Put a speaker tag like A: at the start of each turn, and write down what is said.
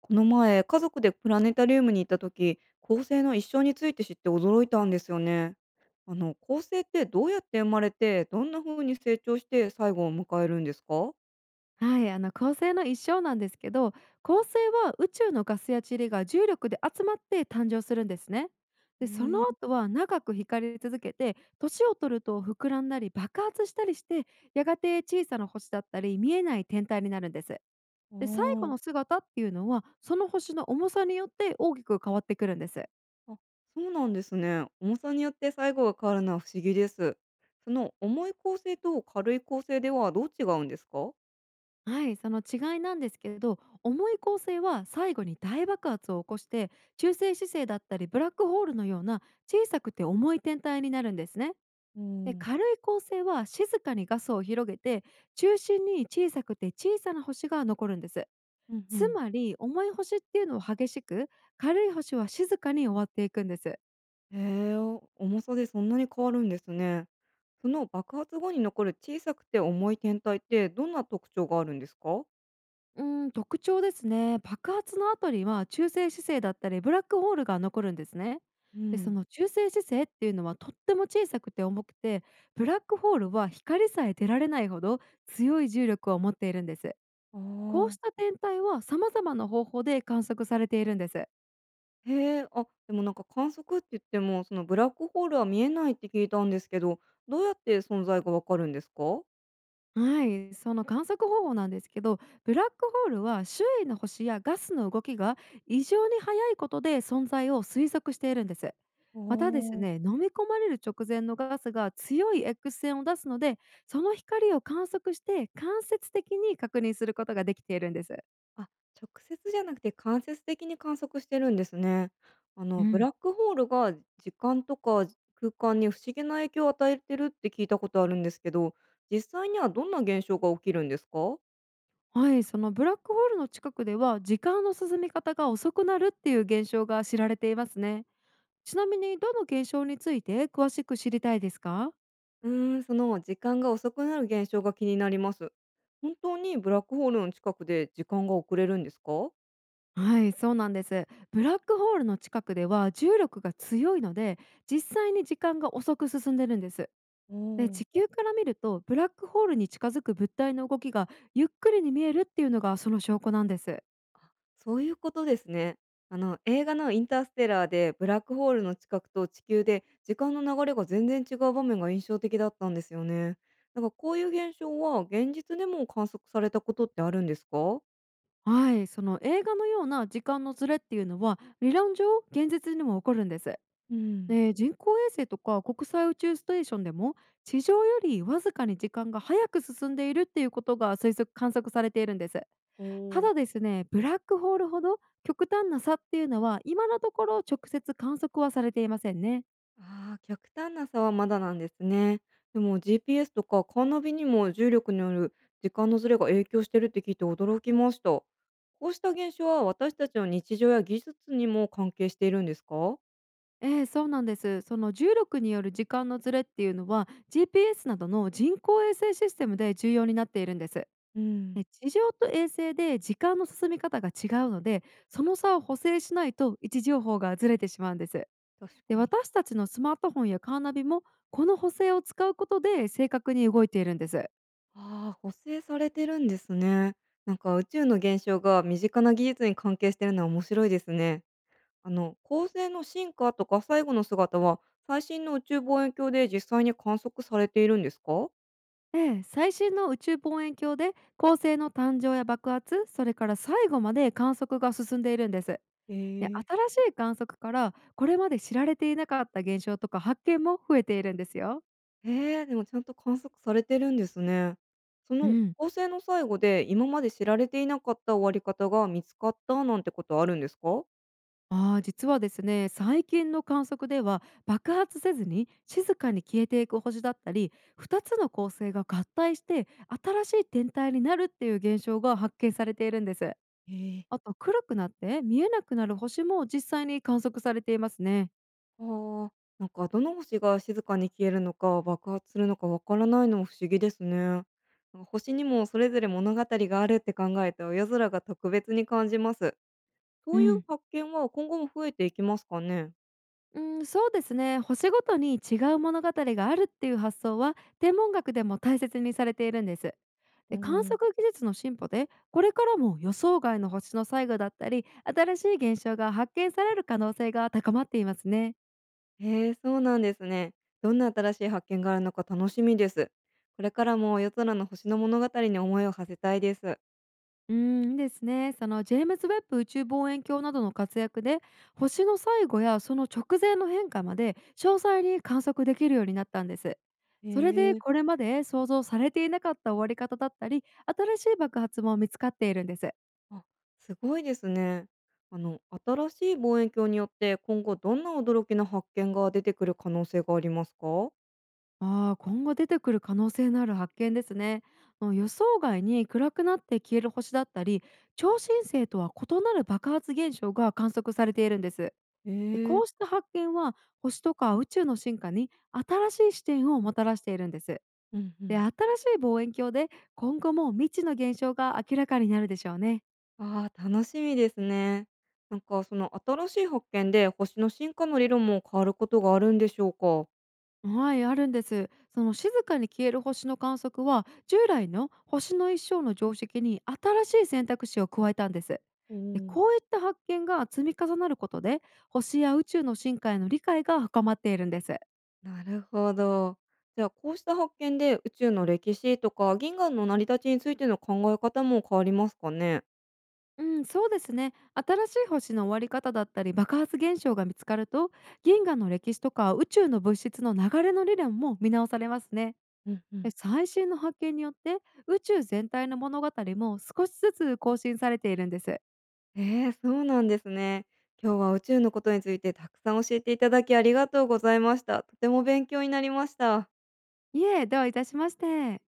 A: この前、家族でプラネタリウムに行った時、恒星の一生について知って驚いたんですよね。恒星ってどうやって生まれて、どんな風に成長して最後を迎えるんですか？
B: はい、恒星の一生なんですけど、恒星は宇宙のガスや塵が重力で集まって誕生するんですね。
A: へ
B: で、そ
A: え
B: の
A: ー。
B: 後は長く光り続けて、年を取ると膨らんだり爆発したりして、やがて小さな星だったり見えない天体になるんです。
A: あ
B: で、最後
A: ー。
B: の姿っていうのは、その星の重さによって大きく変わってくるんです。
A: あ、そうなんですね。重さによって最後が変わるのは不思議です。その重い恒星と軽い恒星ではどう違うんですか？
B: はい、その違いなんですけれど、重い構成は最後に大爆発を起こして、中性子星だったりブラックホールのような小さくて重い天体になるんですね。
A: う
B: で、
A: ん。
B: 軽い構成は静かにガスを広げて、中心に小さくて小さな星が残るんです。
A: うんう
B: つ
A: ん。
B: まり重い星っていうのは激しく、軽い星は静かに終わっていくんです。
A: へえ、重さでそんなに変わるんですね。その爆発後に残る小さくて重い天体ってどんな特徴があるんですか？
B: うん、特徴ですね。爆発の後には中性子星だったりブラックホールが残るんですね。
A: う
B: で、そ
A: ん。
B: の中性子星っていうのはとっても小さくて重くて、ブラックホールは光さえ出られないほど強い重力を持っているんです。
A: あ
B: こう
A: あ。
B: した天体は様々な方法で観測されているんです。
A: へえ、あ、でも観測って言っても、そのブラックホールは見えないって聞いたんですけど、どうやって存在がわかるんですか？
B: はい、その観測方法なんですけど、ブラックホールは周囲の星やガスの動きが異常に速いことで存在を推測しているんです。
A: あ
B: またです
A: あ。
B: ね、飲み込まれる直前のガスが強い X 線を出すので、その光を観測して間接的に確認することができているんです。
A: あ、直接じゃなくて間接的に観測してるんですね。
B: う
A: ブラ
B: ん。
A: ックホールが時間とか空間に不思議な影響を与えてるって聞いたことあるんですけど、実際にはどんな現象が起きるんですか？
B: はい、そのブラックホールの近くでは時間の進み方が遅くなるっていう現象が知られていますね。ちなみにどの現象について詳しく知りたいですか？
A: うーん、その時間が遅くなる現象が気になります。本当にブラックホールの近くで時間が遅れるんですか？
B: はい、そうなんです。ブラックホールの近くでは重力が強いので、実際に時間が遅く進んでるんです。
A: う
B: で、
A: ん。
B: 地球から見るとブラックホールに近づく物体の動きがゆっくりに見えるっていうのがその証拠なんです。
A: そういうことですね。映画のインターステラーで、ブラックホールの近くと地球で、時間の流れが全然違う場面が印象的だったんですよね。こういう現象は、現実でも観測されたことってあるんですか？
B: はい、その映画のような時間のズレっていうのは理論上現実にも起こるんです。
A: うん。
B: で、人工衛星とか国際宇宙ステーションでも地上よりわずかに時間が早く進んでいるっていうことが推測観測されているんです。
A: お
B: た
A: ー。
B: だですね、ブラックホールほど極端な差っていうのは今のところ直接観測はされていませんね。
A: ああ、極端な差はまだなんですね。でも GPS とかカーナビにも重力による時間のズレが影響してるって聞いて驚きました。こうした現象は私たちの日常や技術にも関係しているんですか？
B: ええ、そうなんです。その重力による時間のズレっていうのは GPS などの人工衛星システムで重要になっているんです。
A: う
B: え、
A: ん。
B: 地上と衛星で時間の進み方が違うので、その差を補正しないと位置情報がずれてしまうんです。
A: 確
B: で、
A: かに。
B: 私たちのスマートフォンやカーナビもこの補正を使うことで正確に動いているんです。
A: ああ、補正されてるんですね。宇宙の現象が身近な技術に関係してるのは面白いですね。恒星の進化とか最後の姿は、最新の宇宙望遠鏡で実際に観測されているんですか？
B: ええ、最新の宇宙望遠鏡で恒星の誕生や爆発、それから最後まで観測が進んでいるんです。
A: え
B: で、
A: ー。
B: 新しい観測からこれまで知られていなかった現象とか発見も増えているんですよ。
A: えー、でもちゃんと観測されてるんですね。そ
B: う
A: の
B: ん、
A: 恒星の最後で今まで知られていなかった終わり方が見つかったなんてことあるんですか？
B: 実はですね、最近の観測では爆発せずに静かに消えていく星だったり、2つの恒星が合体して新しい天体になるっていう現象が発見されているんです。
A: えー。
B: あと、黒くなって見えなくなる星も実際に観測されていますね。
A: ああ、どの星が静かに消えるのか爆発するのかわからないのも不思議ですね。星にもそれぞれ物語があるって考えて夜空が特別に感じます。そ
B: う
A: ういう
B: ん。
A: 発見は今後も増えていきますかね。
B: うん、そうですね。星ごとに違う物語があるっていう発想は天文学でも大切にされているんです。
A: う
B: で、観
A: ん。
B: 測技術の進歩でこれからも予想外の星の最後だったり新しい現象が発見される可能性が高まっていますね。
A: へえ、そうなんですね。どんな新しい発見があるのか楽しみです。これからも夜空の星の物語に思いを馳せたいです。
B: いいですね。そのジェームズ・ウェッブ宇宙望遠鏡などの活躍で、星の最後やその直前の変化まで詳細に観測できるようになったんです。
A: へ
B: それで、
A: え。
B: これまで想像されていなかった終わり方だったり新しい爆発も見つかっているんです。
A: あ、すごいですね。新しい望遠鏡によって今後どんな驚きの発見が出てくる可能性がありますか？
B: ああ、今後出てくる可能性のある発見ですね。もう予想外に暗くなって消える星だったり、超新星とは異なる爆発現象が観測されているんです。
A: え
B: で、こ
A: え。
B: うした発見は星とか宇宙の進化に新しい視点をもたらしているんです。
A: うんう
B: で、
A: ん。
B: 新しい望遠鏡で今後も未知の現象が明らかになるでしょうね。
A: ああ、楽しみですね。その新しい発見で星の進化の理論も変わることがあるんでしょうか？
B: はい、あるんです。その静かに消える星の観測は従来の星の一生の常識に新しい選択肢を加えたんです。
A: う
B: で、
A: ん。
B: こういった発見が積み重なることで星や宇宙の進化への理解が深まっているんです。
A: なるほど。じゃあこうした発見で宇宙の歴史とか銀河の成り立ちについての考え方も変わりますかね？
B: うん、そうですね。新しい星の終わり方だったり爆発現象が見つかると、銀河の歴史とか宇宙の物質の流れの理論も見直されますね。
A: うんう
B: で、
A: ん。
B: 最新の発見によって宇宙全体の物語も少しずつ更新されているんです。
A: ええ、そうなんですね。今日は宇宙のことについてたくさん教えていただきありがとうございました。とても勉強になりました。
B: いえ、どういたしまして。